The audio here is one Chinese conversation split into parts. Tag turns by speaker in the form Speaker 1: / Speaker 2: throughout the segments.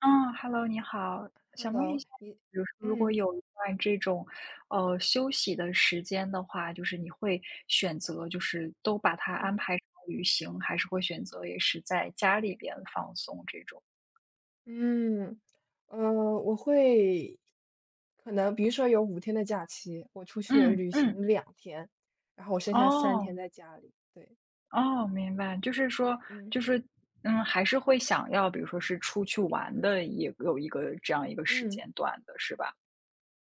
Speaker 1: 嗯，Hello，你好，想问一
Speaker 2: Hello，
Speaker 1: 下，
Speaker 2: 你，
Speaker 1: 比如说，如果
Speaker 2: 嗯
Speaker 1: 有一段这种，休息的时间的话，就是你会选择就是都把它安
Speaker 2: 嗯
Speaker 1: 排成旅行，还是会选择也是在家里边放松这种？
Speaker 2: 嗯，呃，我会可能比如说有5天的假期，我出去
Speaker 1: 嗯
Speaker 2: 旅
Speaker 1: 嗯，
Speaker 2: 行两天，然后我剩下三
Speaker 1: 哦
Speaker 2: 天在家里。对，
Speaker 1: 哦，明白，就是说，
Speaker 2: 嗯
Speaker 1: 就是还是会想要，比如说是出去玩的，也有一个这样一个时
Speaker 2: 嗯，
Speaker 1: 间段的，是吧？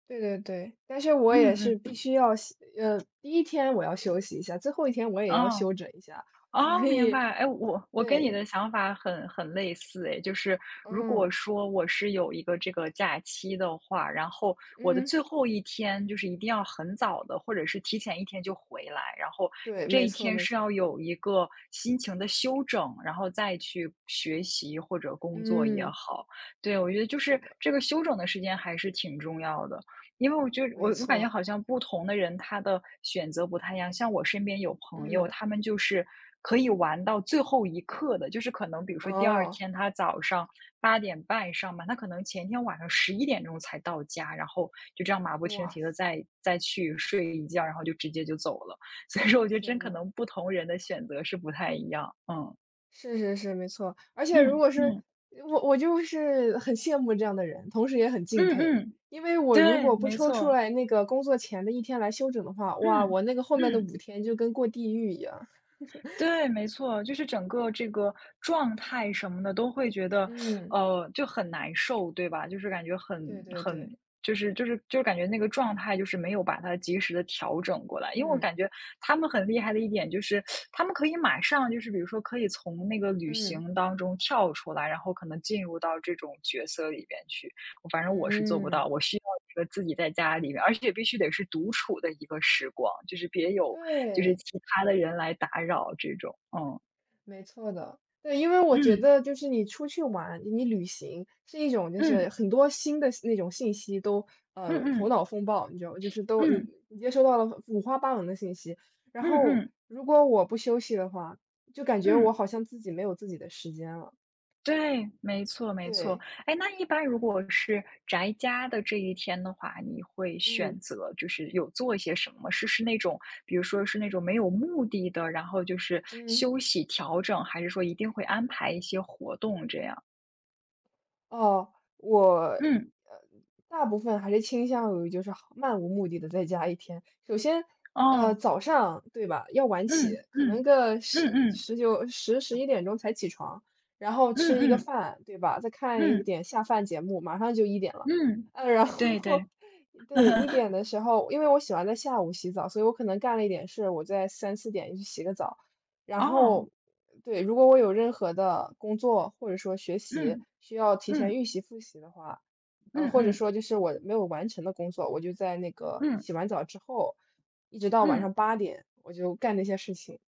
Speaker 2: 对对对，但是我也
Speaker 1: 嗯
Speaker 2: 是必
Speaker 1: 嗯，
Speaker 2: 须要休呃，第一天我要休息一下，最后一天我也要
Speaker 1: 哦。
Speaker 2: 休整一下，所
Speaker 1: 哦，明
Speaker 2: 以
Speaker 1: 白。哎，我跟你
Speaker 2: 对。
Speaker 1: 的想法很类似，哎，就是如果
Speaker 2: 嗯
Speaker 1: 说我是有一个这个假期的话，然后我的
Speaker 2: 嗯，
Speaker 1: 最后一天就是一定要很早的，或者是提前一天就回来，然后
Speaker 2: 对，
Speaker 1: 这
Speaker 2: 没
Speaker 1: 一
Speaker 2: 错
Speaker 1: 天
Speaker 2: 没
Speaker 1: 是
Speaker 2: 错。
Speaker 1: 要有一个心情的休整，然后再去学习或者工作也
Speaker 2: 嗯，
Speaker 1: 好。对，我觉得就
Speaker 2: 是
Speaker 1: 是
Speaker 2: 的，
Speaker 1: 这个休整的时间还是挺重要的。因为我觉得我
Speaker 2: 没
Speaker 1: 我感觉
Speaker 2: 错。
Speaker 1: 好像不同的人，他的选择不太一样。像我身边有朋友，
Speaker 2: 嗯，
Speaker 1: 他们就是可以玩到最后一刻的，就是可能比如说第二
Speaker 2: 哦，
Speaker 1: 天他早上8点半上班，他可能前天晚上11点钟才到家，然后就这样马不停
Speaker 2: 哇
Speaker 1: 蹄的
Speaker 2: 塞，
Speaker 1: 再去睡一觉，然后就直接就走了。所以说，我觉得真
Speaker 2: 天
Speaker 1: 可
Speaker 2: 呐。
Speaker 1: 能不同人的选择是不太一样。嗯
Speaker 2: 是是是，没错。而且如
Speaker 1: 嗯
Speaker 2: 果是
Speaker 1: 嗯
Speaker 2: 我我就是很羡慕这样的人，同时也很敬
Speaker 1: 嗯
Speaker 2: 佩。
Speaker 1: 嗯，
Speaker 2: 因为我如
Speaker 1: 对，
Speaker 2: 果不
Speaker 1: 没
Speaker 2: 抽出
Speaker 1: 错，
Speaker 2: 来那个工作前的一天来休整的话，哇，
Speaker 1: 嗯
Speaker 2: 我那个后面的五
Speaker 1: 嗯。
Speaker 2: 天就跟过地狱一样。
Speaker 1: 对，没错，就是整个这个状态什么的都会觉得，
Speaker 2: 嗯，
Speaker 1: 就很难受，对吧？就是感觉
Speaker 2: 对对
Speaker 1: 很，
Speaker 2: 对。
Speaker 1: 就是感觉那个状态就是没有把它及时的调整过来。因为我
Speaker 2: 嗯，
Speaker 1: 感觉他们很厉害的一点就是，他们可以马上就是比如说可以从那个旅
Speaker 2: 嗯，
Speaker 1: 行当中跳出来，然后可能进入到这种角色里边去。反正我是做不到，
Speaker 2: 嗯，
Speaker 1: 我需要一个自己在家里面，而且必须得是独处的一个时光，就是别有就是
Speaker 2: 对。
Speaker 1: 其他的人来打扰这种。嗯，
Speaker 2: 没错的，对。因为我觉得就是你出去玩，你旅行是一种就
Speaker 1: 嗯，
Speaker 2: 是很多新的那种信息都
Speaker 1: 嗯，嗯
Speaker 2: 头
Speaker 1: 嗯，
Speaker 2: 脑风暴，你知道吗？就是都你
Speaker 1: 嗯，
Speaker 2: 你接收到了五花八门的信息，然
Speaker 1: 嗯
Speaker 2: 后
Speaker 1: 嗯，
Speaker 2: 如果我不休息的话，就感觉我
Speaker 1: 嗯，
Speaker 2: 好像自己没有自己的时间了。
Speaker 1: 对，没错没错。
Speaker 2: 对，
Speaker 1: 哎，那一般如果是宅家的这一天的话，你会
Speaker 2: 嗯
Speaker 1: 选择就是有做一些什么？是那种比如说是那种没有目的的，然后就是
Speaker 2: 嗯。
Speaker 1: 休息调整，还是说一定会安排一些活动这样？
Speaker 2: 哦，我，呃，
Speaker 1: 嗯，
Speaker 2: 大部分还是倾向于就是好漫无目的的在家一天。首先，
Speaker 1: 哦。
Speaker 2: 早上，对吧，要晚起，
Speaker 1: 嗯
Speaker 2: 可能
Speaker 1: 嗯
Speaker 2: 个十
Speaker 1: 嗯嗯
Speaker 2: 十九十11点才起床，然后
Speaker 1: 嗯
Speaker 2: 吃一个
Speaker 1: 嗯
Speaker 2: 饭，对吧，再看一
Speaker 1: 嗯
Speaker 2: 点下饭节目，马上就1点了。
Speaker 1: 嗯，
Speaker 2: 呃，然
Speaker 1: 对
Speaker 2: 后
Speaker 1: 对，
Speaker 2: 对，一 点的时候，因为我喜欢在下午洗澡，所以我可能干了一点事，我在3、4点去洗个澡，然
Speaker 1: 哦，
Speaker 2: 后对。如果我有任何的工作或者说学习
Speaker 1: 嗯
Speaker 2: 需要提前
Speaker 1: 嗯
Speaker 2: 预习复习的话，
Speaker 1: 嗯
Speaker 2: 或者
Speaker 1: 嗯
Speaker 2: 说就是我没有完成的工作，我就在那个
Speaker 1: 嗯
Speaker 2: 洗完澡之后，一直到晚
Speaker 1: 嗯
Speaker 2: 上八点，我就干那些事情，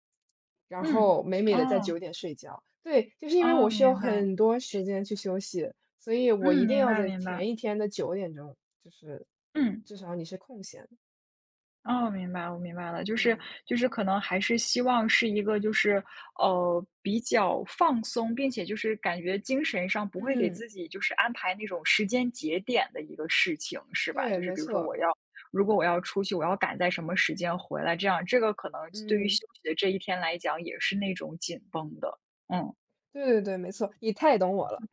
Speaker 2: 然
Speaker 1: 嗯，
Speaker 2: 后美美的在
Speaker 1: 哦
Speaker 2: 九点睡觉。对，就是因为
Speaker 1: 哦，
Speaker 2: 我需要
Speaker 1: 明白，
Speaker 2: 很多时间去休息，所以我一
Speaker 1: 嗯，
Speaker 2: 定
Speaker 1: 明
Speaker 2: 要
Speaker 1: 白
Speaker 2: 在
Speaker 1: 明白，
Speaker 2: 前一天的9点，就是
Speaker 1: 嗯。
Speaker 2: 至少你是空闲的。
Speaker 1: 哦，明白，我明白了，就是
Speaker 2: 嗯
Speaker 1: 可能还是希望是一个就是比较放松，并且就是感觉精神上不会给
Speaker 2: 嗯，
Speaker 1: 自己就是安排那种时间节点的一个事情，是吧？
Speaker 2: 对，
Speaker 1: 就是
Speaker 2: 没
Speaker 1: 比如说
Speaker 2: 错。
Speaker 1: 如果我要出去，我要赶在什么时间回来，这样这个可能对于休
Speaker 2: 嗯，
Speaker 1: 息的这一天来讲也是那种紧绷的，嗯。
Speaker 2: 对对对，没错，你太懂我了。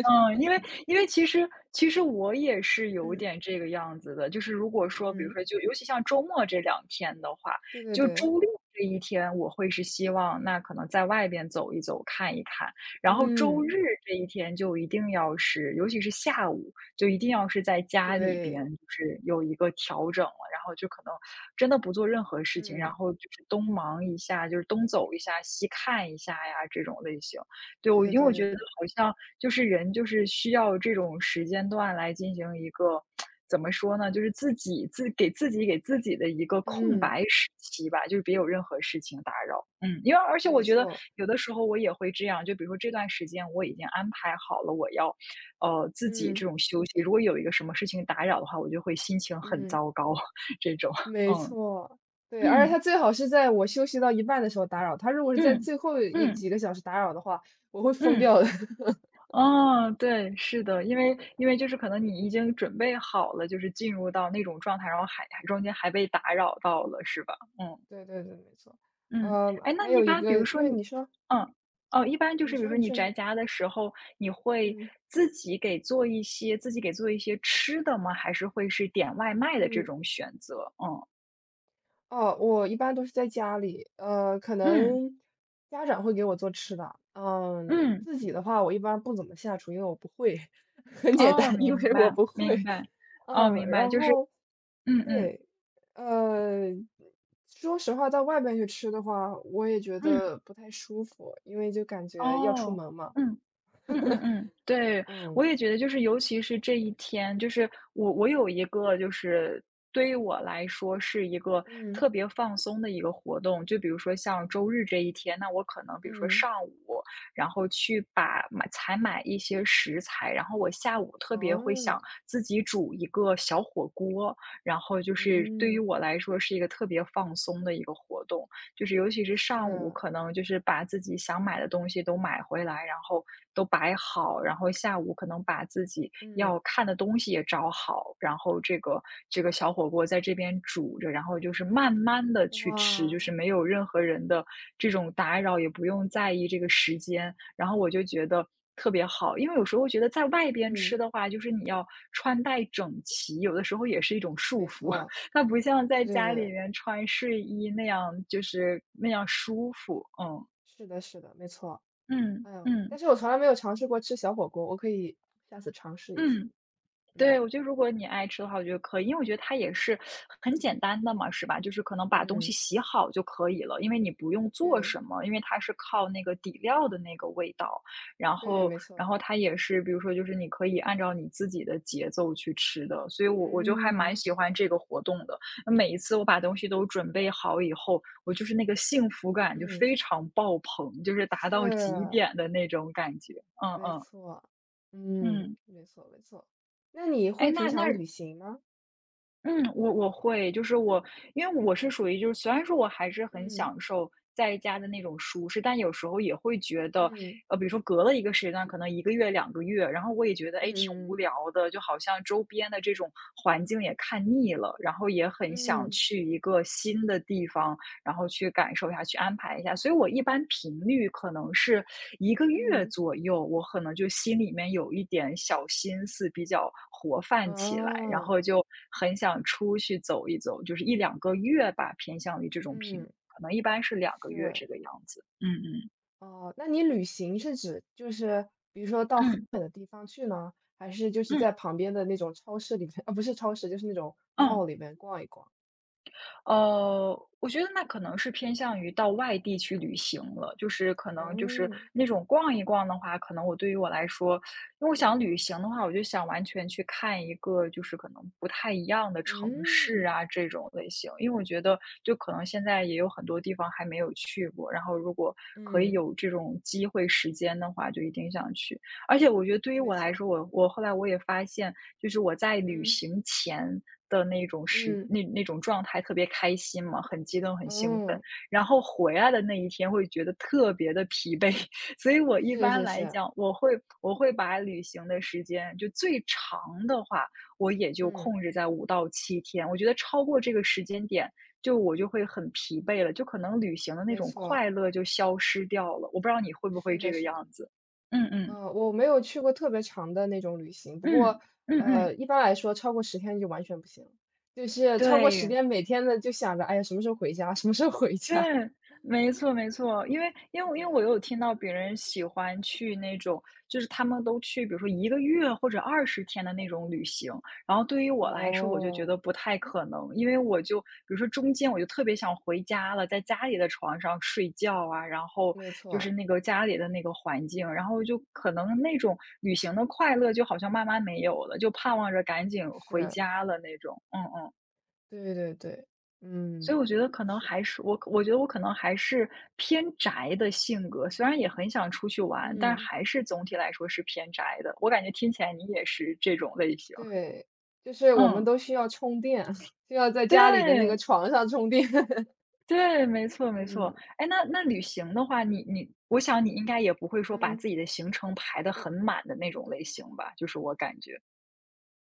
Speaker 1: 嗯，因为其实我也是有
Speaker 2: 嗯
Speaker 1: 点这个样子的，就是如果说，比如
Speaker 2: 嗯。
Speaker 1: 说就尤其像周末这两天的话，
Speaker 2: 对对
Speaker 1: 就
Speaker 2: 对。
Speaker 1: 周六这一天我会是希望那可能在外边走一走、看一看，然后周
Speaker 2: 嗯，
Speaker 1: 日这一天就一定要是尤其是下午，就一定要是在家里边
Speaker 2: 对。
Speaker 1: 就是有一个调整了，然后就可能真的不做任何事情，然
Speaker 2: 嗯，
Speaker 1: 后就是东忙一下，就是东走一下、西看一下呀这种类型。对，
Speaker 2: 对
Speaker 1: 我
Speaker 2: 对
Speaker 1: 因为我
Speaker 2: 对
Speaker 1: 觉
Speaker 2: 对
Speaker 1: 得
Speaker 2: 对。
Speaker 1: 好像就是人就是需要这种时间段来进行一个怎么说呢，就是自己给自己的一个空
Speaker 2: 嗯，
Speaker 1: 白时期吧，就是别有任何事情打扰。嗯，因为而且我
Speaker 2: 没
Speaker 1: 觉得
Speaker 2: 错。
Speaker 1: 有的时候我也会这样，就比如说这段时间我已经安排好了我要，自己这
Speaker 2: 嗯
Speaker 1: 种休息，如果有一个什么事情打扰的话，我就会心情很
Speaker 2: 嗯，
Speaker 1: 糟糕 这种，
Speaker 2: 没
Speaker 1: 嗯，
Speaker 2: 错。对，而且
Speaker 1: 嗯，
Speaker 2: 他最好是在我休息到一半的时候打扰，他如果是在
Speaker 1: 嗯，
Speaker 2: 最后
Speaker 1: 嗯，
Speaker 2: 一
Speaker 1: 嗯。
Speaker 2: 几个小时打扰的话，我会疯
Speaker 1: 嗯
Speaker 2: 掉的。
Speaker 1: 哦，对，是的，因
Speaker 2: 嗯，
Speaker 1: 为
Speaker 2: 对，
Speaker 1: 因为就是可能你已经准备好了，就是进入到那种状态，然后还中间还被打扰到了，是吧？嗯
Speaker 2: 对对对，没错。
Speaker 1: 嗯，
Speaker 2: 嗯，
Speaker 1: 哎，那
Speaker 2: 还
Speaker 1: 你一
Speaker 2: 有一
Speaker 1: 般比如
Speaker 2: 个，
Speaker 1: 说
Speaker 2: 因为
Speaker 1: 你，
Speaker 2: 你说。
Speaker 1: 嗯哦，一般就
Speaker 2: 你
Speaker 1: 是比如
Speaker 2: 说，
Speaker 1: 说
Speaker 2: 你
Speaker 1: 你
Speaker 2: 说，
Speaker 1: 宅
Speaker 2: 你
Speaker 1: 家的时候，你会
Speaker 2: 嗯
Speaker 1: 自己给做一些吃的吗？还是会是点外卖的这
Speaker 2: 嗯。
Speaker 1: 种选择？嗯
Speaker 2: 哦，我一般都是在家里，可
Speaker 1: 嗯
Speaker 2: 能家长会给我做吃的。嗯，
Speaker 1: 嗯，
Speaker 2: 自己的话我一般不怎么下厨，因为我不会。很简
Speaker 1: 哦，
Speaker 2: 单，因
Speaker 1: 明
Speaker 2: 为我
Speaker 1: 白
Speaker 2: 不会。
Speaker 1: 明白，哦，
Speaker 2: 嗯，
Speaker 1: 明白，
Speaker 2: 然
Speaker 1: 就是
Speaker 2: 后
Speaker 1: 嗯嗯
Speaker 2: 对，呃，说实话，到外边去吃的话，我也觉
Speaker 1: 嗯。
Speaker 2: 得不太舒服，因为就感觉要出
Speaker 1: 哦，
Speaker 2: 门嘛。
Speaker 1: 嗯，嗯嗯嗯，对，我
Speaker 2: 嗯
Speaker 1: 也觉得就是尤其是这一天，就是我有一个就是对于我来说是一个
Speaker 2: 嗯
Speaker 1: 特别放松的一个活动，就比如说像周日这一天，那我可能比如说
Speaker 2: 嗯，
Speaker 1: 上午，然后去采买一些食材，然后我下午特别会想
Speaker 2: 哦，
Speaker 1: 自己煮一个小火锅，然后就是对于
Speaker 2: 嗯，
Speaker 1: 我来说是一个特别放松的一个活动。就是尤其是上午，
Speaker 2: 是，
Speaker 1: 可能就是把自己想买的东西都买回来，然后都摆好，然后下午可能把自己
Speaker 2: 嗯，
Speaker 1: 要看的东西也找好，然后这个小火锅在这边煮着，然后就是慢慢的去吃，
Speaker 2: 哇，
Speaker 1: 就是没有任何人的这种打扰，也不用在意这个时间，然后我就觉得。特别好，因为有时候觉得在外边吃
Speaker 2: 嗯，
Speaker 1: 的话，就是你要穿戴整齐，有的时候也是一种束
Speaker 2: 没
Speaker 1: 缚。
Speaker 2: 错。
Speaker 1: 它不像
Speaker 2: 对
Speaker 1: 在
Speaker 2: 对
Speaker 1: 家里
Speaker 2: 对，
Speaker 1: 面穿睡衣那样，就是那样舒服，嗯。
Speaker 2: 是的，是的，没错。
Speaker 1: 嗯
Speaker 2: 哎呦，但
Speaker 1: 嗯
Speaker 2: 是我从来没有尝试过吃小火锅，我可以下次尝试一下。
Speaker 1: 嗯，对，
Speaker 2: 嗯
Speaker 1: 我觉得如果你爱吃的话，我觉得可以，因为我觉得它也是很简单的嘛，是吧？就是可能把东西
Speaker 2: 嗯，
Speaker 1: 洗好就可以了，因为你不用做
Speaker 2: 对
Speaker 1: 什么，因为它是靠那个底料的那个味道，然
Speaker 2: 对，
Speaker 1: 后，
Speaker 2: 没
Speaker 1: 然
Speaker 2: 错。
Speaker 1: 后它也是，比如说，就是你可以按照你自己的节奏去吃的，所以我就还蛮
Speaker 2: 嗯
Speaker 1: 喜欢这个活动的。那每一次我把东西都准备好以后，我就是那个幸福感就
Speaker 2: 嗯，
Speaker 1: 非常爆棚，就是达到极
Speaker 2: 是，
Speaker 1: 点的那种感觉。嗯
Speaker 2: 没
Speaker 1: 嗯
Speaker 2: 错。嗯，
Speaker 1: 嗯，
Speaker 2: 没错没错。那你
Speaker 1: 哎，
Speaker 2: 会平
Speaker 1: 那那
Speaker 2: 常旅行吗？
Speaker 1: 嗯，我会，就是我，因为我是属于就是虽然说我还是很
Speaker 2: 嗯
Speaker 1: 享受在家的那种舒适，但有时候也会觉得，
Speaker 2: 嗯
Speaker 1: 比如说隔了一个时间段，可能一个月、两个月，然后我也觉得，哎，
Speaker 2: 嗯
Speaker 1: 挺无
Speaker 2: 嗯
Speaker 1: 聊的，就好像周边的这种环境也看腻了，然后也很想
Speaker 2: 嗯
Speaker 1: 去一个新的地方，然后去感受一下，去安排一下。所以我一般频率可能是一个月
Speaker 2: 嗯，
Speaker 1: 左右，我可能就心里面有一点小心思比较活泛起来，然
Speaker 2: 啊，
Speaker 1: 后就很想出去走一走，就是一两个月吧，偏向于这种频率
Speaker 2: 嗯，
Speaker 1: 可能一般是两个月
Speaker 2: 是。
Speaker 1: 这个样子。嗯嗯
Speaker 2: 哦，那你旅行是指就是比如说到很
Speaker 1: 嗯
Speaker 2: 远的地方去呢，还是就是在
Speaker 1: 嗯
Speaker 2: 旁边的那种超市里面，啊，不是超市，就是那种
Speaker 1: 嗯。
Speaker 2: mall 里面逛一逛？
Speaker 1: 呃，我觉得那可能是偏向于到外地去旅行了，就是可能就是
Speaker 2: 嗯
Speaker 1: 那种逛一逛的话，可能我对于我来说，因为我想旅行的话，我就想完全去看一个就是可能不太一样的城市
Speaker 2: 嗯
Speaker 1: 啊这种类型，因为我觉得就可能现在也有很多地方还没有去过，然后如果可以
Speaker 2: 嗯，
Speaker 1: 有这种机会时间的话，就一定想去。而且我觉得对于
Speaker 2: 没
Speaker 1: 我来
Speaker 2: 错，
Speaker 1: 说，我后来我也发现。就是我在旅
Speaker 2: 嗯
Speaker 1: 行前的那种时
Speaker 2: 嗯
Speaker 1: 那那种状态特别开心嘛，很激动、很兴奋，
Speaker 2: 嗯，
Speaker 1: 然后回来的那一天会觉得特别的疲惫。所以我一
Speaker 2: 是
Speaker 1: 般
Speaker 2: 是
Speaker 1: 来
Speaker 2: 是，
Speaker 1: 讲，我会把旅行的时间就最长的话，我也就
Speaker 2: 嗯，
Speaker 1: 控制在5到7天，我觉得超过这个时间点，我就会很疲惫了，就可能旅行的那
Speaker 2: 没
Speaker 1: 种
Speaker 2: 错，
Speaker 1: 快乐就消失掉了，我不知道你会不会
Speaker 2: 是
Speaker 1: 这
Speaker 2: 的，
Speaker 1: 个
Speaker 2: 是的。
Speaker 1: 样子？嗯嗯，
Speaker 2: 嗯，我没有去过特别长的那种旅行，不过
Speaker 1: 嗯，嗯嗯，
Speaker 2: 一般来说超过十天就完全不行了，就是超过十
Speaker 1: 对。
Speaker 2: 天，每天的就想着，哎呀，什么时候回家，什么时候回
Speaker 1: 对，
Speaker 2: 家。
Speaker 1: 没错没错，因为因 为因为
Speaker 2: 对。
Speaker 1: 我有听到别人喜欢去那种，就是他们都去，比如说1个月或者20天的那种旅行，然后对于我来说，我就觉
Speaker 2: 哦，
Speaker 1: 得不太可能，因为我就比如说中间我就特别想回家了，在家里的床上睡觉啊，然后
Speaker 2: 没
Speaker 1: 就是
Speaker 2: 错，
Speaker 1: 那个家里的那个环境，然后就可能那种旅行的快乐就好像慢慢没有了，就盼望着赶紧回
Speaker 2: 是，
Speaker 1: 家了那种，嗯嗯。
Speaker 2: 对对对，
Speaker 1: 所以
Speaker 2: 嗯，
Speaker 1: 我觉得可能
Speaker 2: 是的。
Speaker 1: 还是我觉得我可能还是偏宅的性格，虽然也很想出去玩，但
Speaker 2: 嗯，
Speaker 1: 还是总体来说是偏宅的。我感觉听起来你也是这种类型。
Speaker 2: 对，就是我们
Speaker 1: 嗯，
Speaker 2: 都需要充电，就要在家里的那
Speaker 1: 对，
Speaker 2: 个床上充电。
Speaker 1: 对，没错没
Speaker 2: 嗯，
Speaker 1: 错。哎，那旅
Speaker 2: 对，
Speaker 1: 行的话，你我想你应该也不会说把
Speaker 2: 嗯
Speaker 1: 自己的行程排得很满的那种类型吧，就是我感觉。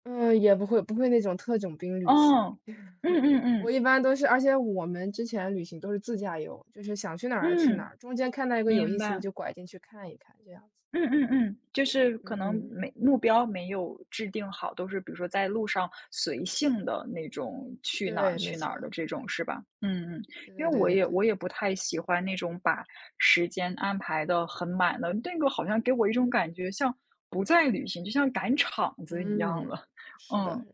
Speaker 2: 嗯，也不会那种特种兵旅行。
Speaker 1: 嗯，嗯嗯
Speaker 2: 我
Speaker 1: 嗯，
Speaker 2: 一般都是，而且我们之前旅行都是自驾游，就是想去哪儿去哪
Speaker 1: 嗯，
Speaker 2: 儿，中间看到一个有意
Speaker 1: 明
Speaker 2: 思的
Speaker 1: 白。
Speaker 2: 就拐进去看一看，这样子。
Speaker 1: 嗯嗯嗯，就是可能
Speaker 2: 嗯，
Speaker 1: 没目标没有制定好，都是比如说在路上随性的那种，去哪儿
Speaker 2: 对，没
Speaker 1: 去哪儿
Speaker 2: 错，
Speaker 1: 的这种是吧？嗯嗯，
Speaker 2: 对
Speaker 1: 因
Speaker 2: 对
Speaker 1: 为
Speaker 2: 对对
Speaker 1: 我
Speaker 2: 对。
Speaker 1: 也不太喜欢那种把时间安排的很满的，那个好像给我一种感觉像不再旅行，就像赶场子一样了。
Speaker 2: 嗯，是的。
Speaker 1: 嗯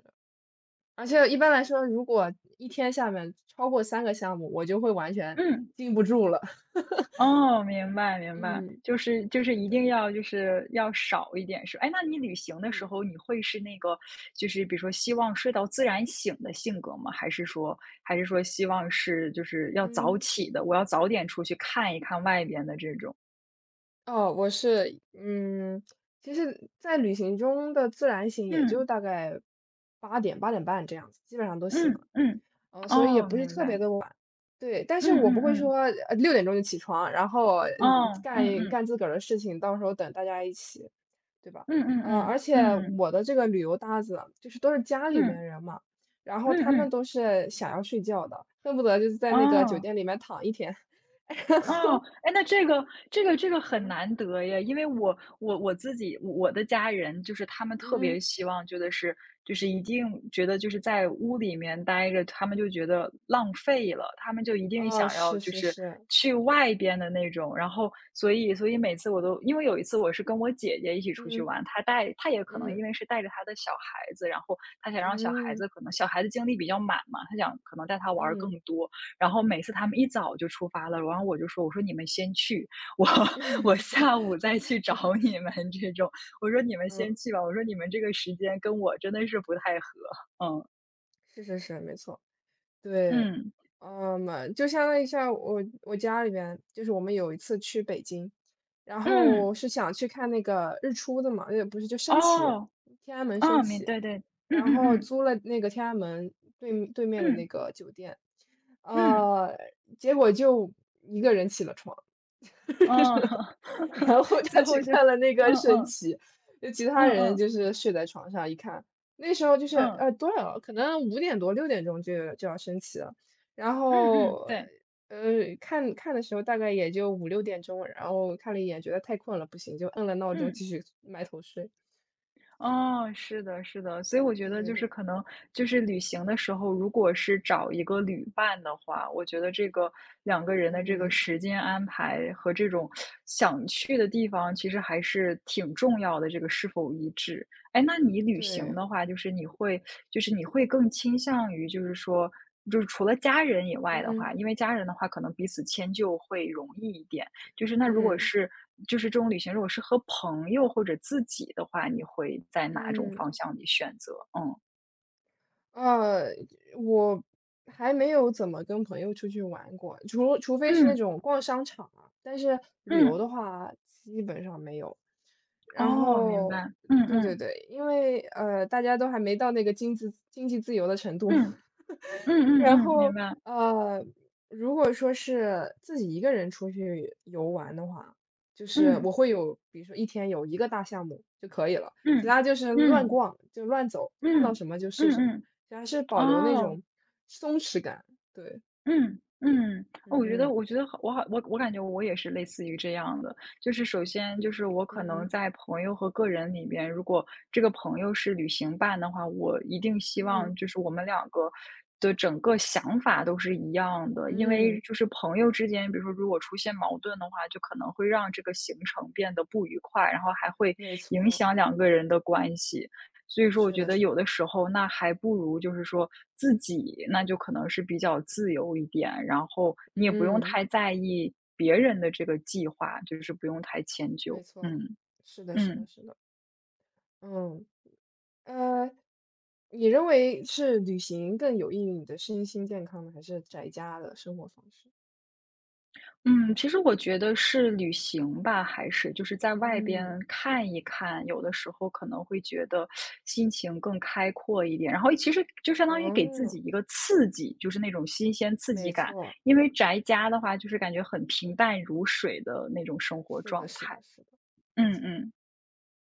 Speaker 2: 而且一般来说，如果一天下面超过三个项目，我就会完全
Speaker 1: 嗯。
Speaker 2: 禁不住了。
Speaker 1: 哦，明白明白，
Speaker 2: 嗯，
Speaker 1: 就是就
Speaker 2: 对
Speaker 1: 是
Speaker 2: 对
Speaker 1: 一
Speaker 2: 对，
Speaker 1: 定要就是要少一点是。哎，那你旅行的时
Speaker 2: 嗯。
Speaker 1: 候，你会是那个就是比如说希望睡到自然醒的性格吗？还是说希望是就是要早
Speaker 2: 嗯，
Speaker 1: 起的，我要早点出去看一看外边的这种？
Speaker 2: 哦，我是嗯，其实在旅行中的自然醒也
Speaker 1: 嗯
Speaker 2: 就大概8点、8点半这样子，基本上都醒
Speaker 1: 嗯
Speaker 2: 了。
Speaker 1: 嗯，
Speaker 2: 嗯，所以也
Speaker 1: 哦，
Speaker 2: 不是
Speaker 1: 明
Speaker 2: 特别
Speaker 1: 白，
Speaker 2: 的晚。对，但是
Speaker 1: 嗯
Speaker 2: 我
Speaker 1: 嗯
Speaker 2: 不会说
Speaker 1: 嗯，
Speaker 2: 6点就起床，然后
Speaker 1: 哦，嗯
Speaker 2: 干一
Speaker 1: 嗯
Speaker 2: 干自个儿的事情，到时候等大家一起，对吧？
Speaker 1: 嗯嗯
Speaker 2: 呃，
Speaker 1: 嗯
Speaker 2: 而且
Speaker 1: 嗯
Speaker 2: 我的这个旅游搭子，就是都是家里
Speaker 1: 嗯
Speaker 2: 面人嘛，然
Speaker 1: 嗯
Speaker 2: 后他
Speaker 1: 嗯
Speaker 2: 们
Speaker 1: 嗯，
Speaker 2: 都是想要睡觉的，恨不得就是在那个酒
Speaker 1: 哦。
Speaker 2: 店里面躺一天。
Speaker 1: 哦，哎，那这个很
Speaker 2: 嗯，
Speaker 1: 难得呀，因为我我我自己我的家人就是他们特别
Speaker 2: 嗯，
Speaker 1: 希望觉得是就是一定觉得就是在屋里面待着，他们就觉得浪费了，他们就一定
Speaker 2: 哦，
Speaker 1: 想要
Speaker 2: 是
Speaker 1: 就
Speaker 2: 是
Speaker 1: 是
Speaker 2: 是，
Speaker 1: 去外边的那种，然后所以每次我都因为有一次我是跟我姐姐一起出去
Speaker 2: 嗯，
Speaker 1: 玩，她带她也可能因
Speaker 2: 嗯，
Speaker 1: 为是带着她的小孩子，然后她想让小孩
Speaker 2: 嗯，
Speaker 1: 子可能小孩子精力比较满嘛，她想可能带她玩儿更
Speaker 2: 嗯，
Speaker 1: 多，然后每次他们一早就出发了，然后我就说：“我说你们先去，我
Speaker 2: 嗯
Speaker 1: 我 下午再去找你们。”这种，我说：“你们先
Speaker 2: 嗯，
Speaker 1: 去吧。”我说：“你们这个时间跟我真的是不太合。”嗯，
Speaker 2: 是是是，没错。对。
Speaker 1: 嗯，
Speaker 2: 嗯，就相当于像我家里边，就是我们有一次去北京，然
Speaker 1: 嗯，
Speaker 2: 后是想去看那个日出的嘛，也不是，就升旗，
Speaker 1: 哦，
Speaker 2: 天安门
Speaker 1: 啊，
Speaker 2: 升
Speaker 1: 明
Speaker 2: 旗，
Speaker 1: 对对，嗯
Speaker 2: 然
Speaker 1: 嗯
Speaker 2: 后
Speaker 1: 嗯，
Speaker 2: 租了那个天安门对对面的
Speaker 1: 嗯，
Speaker 2: 那个酒店，
Speaker 1: 嗯，哦哦，
Speaker 2: 呃，结果就一个人起了床。
Speaker 1: 明对对嗯嗯嗯嗯嗯哦
Speaker 2: 然后 他
Speaker 1: 最
Speaker 2: 去
Speaker 1: 后就
Speaker 2: 看了那个
Speaker 1: 嗯
Speaker 2: 升
Speaker 1: 嗯，
Speaker 2: 旗，就其他
Speaker 1: 嗯
Speaker 2: 人
Speaker 1: 嗯，
Speaker 2: 就是睡在床上一看，那时候就是
Speaker 1: 嗯，
Speaker 2: 多少，可能5点多6点就要升旗了，然
Speaker 1: 嗯嗯，
Speaker 2: 后
Speaker 1: 对，
Speaker 2: 看看的时候大概也就5、6点，然后看了一眼觉得太困了不行，就摁了闹钟
Speaker 1: 嗯。
Speaker 2: 继续埋头睡。
Speaker 1: 哦，是的，是的，所以我觉
Speaker 2: 对
Speaker 1: 得
Speaker 2: 对
Speaker 1: 就是
Speaker 2: 对，
Speaker 1: 可能就是旅行的时候，如果是找一个旅伴的话，我觉得这个两个人的这个
Speaker 2: 嗯，
Speaker 1: 时间安排和这种想去的地方，其实还是挺重要的，这个是否一致。哎，那你旅行
Speaker 2: 对，
Speaker 1: 的话，就是你会更倾向于就是说，就是除了家人以外的话，
Speaker 2: 嗯
Speaker 1: 因为家人的话可能彼此迁就会容易一点。就是那如果
Speaker 2: 嗯
Speaker 1: 是就是这种旅行，如果是和朋友或者自己的话，你会在哪种方
Speaker 2: 嗯。
Speaker 1: 向里选择？嗯。
Speaker 2: 呃，我还没有怎么跟朋友出去玩过，除非是那
Speaker 1: 嗯，
Speaker 2: 种逛商场啊，但是旅游
Speaker 1: 嗯，
Speaker 2: 的话基本上没有。然
Speaker 1: 哦，明白。
Speaker 2: 后，
Speaker 1: 嗯
Speaker 2: 对对
Speaker 1: 嗯，
Speaker 2: 对，因为大家都还没到那个经济自由的程度。
Speaker 1: 嗯，嗯嗯
Speaker 2: 然
Speaker 1: 嗯，明
Speaker 2: 后
Speaker 1: 白。
Speaker 2: 呃或者说是自己一个人出去游玩的话，就是
Speaker 1: 嗯，
Speaker 2: 我会有，比如说一天有一个大项目就可以了，其
Speaker 1: 嗯，
Speaker 2: 他就是
Speaker 1: 嗯，
Speaker 2: 乱
Speaker 1: 嗯，
Speaker 2: 逛，就乱走，看到
Speaker 1: 嗯，
Speaker 2: 什么就
Speaker 1: 嗯
Speaker 2: 是
Speaker 1: 嗯嗯嗯嗯嗯
Speaker 2: 什么，
Speaker 1: 明白嗯嗯嗯嗯嗯
Speaker 2: 就还是保留那
Speaker 1: 嗯哦。
Speaker 2: 种松弛感。对，
Speaker 1: 嗯嗯，哦我觉得
Speaker 2: 嗯
Speaker 1: 我觉得好我好我我感觉我也是类似于这样的。就是首先就是我可能
Speaker 2: 嗯
Speaker 1: 在朋友和个人里面，如果这个朋友是旅行伴的话，我一定希望
Speaker 2: 嗯
Speaker 1: 就是我们两个的整个想法都是一样的。因为
Speaker 2: 嗯，
Speaker 1: 就是朋友之间，比如说如果出现矛盾的话，就可能会让这个行程变得不愉快，然后还会
Speaker 2: 没
Speaker 1: 影
Speaker 2: 错，
Speaker 1: 响两个人的关系。所以说我
Speaker 2: 是
Speaker 1: 觉
Speaker 2: 的，
Speaker 1: 得
Speaker 2: 是
Speaker 1: 有
Speaker 2: 的，
Speaker 1: 的时候，那还不如就是说自己，那就可能是比较自由一点，然后你也不用
Speaker 2: 嗯，
Speaker 1: 太在意别人的这个计划，就是不用太迁就。
Speaker 2: 没错，
Speaker 1: 嗯，
Speaker 2: 是的，是的，
Speaker 1: 嗯。
Speaker 2: 是的。嗯，呃，你认为是旅行更有益于你的身心健康呢，还是宅家的生活方式？
Speaker 1: 嗯，其实我觉得是旅行吧，还是就是在外边
Speaker 2: 嗯，
Speaker 1: 看一看，有的时候可能会觉得心情更开阔一点，然后其实就相当于给自己
Speaker 2: 哦，
Speaker 1: 一个刺激，就是那种新鲜刺激
Speaker 2: 没
Speaker 1: 感。
Speaker 2: 错，
Speaker 1: 因为宅家的话，就是感觉很平淡如水的那种生活
Speaker 2: 是的，
Speaker 1: 状
Speaker 2: 是
Speaker 1: 态。
Speaker 2: 的，是的，没
Speaker 1: 嗯
Speaker 2: 错。
Speaker 1: 嗯。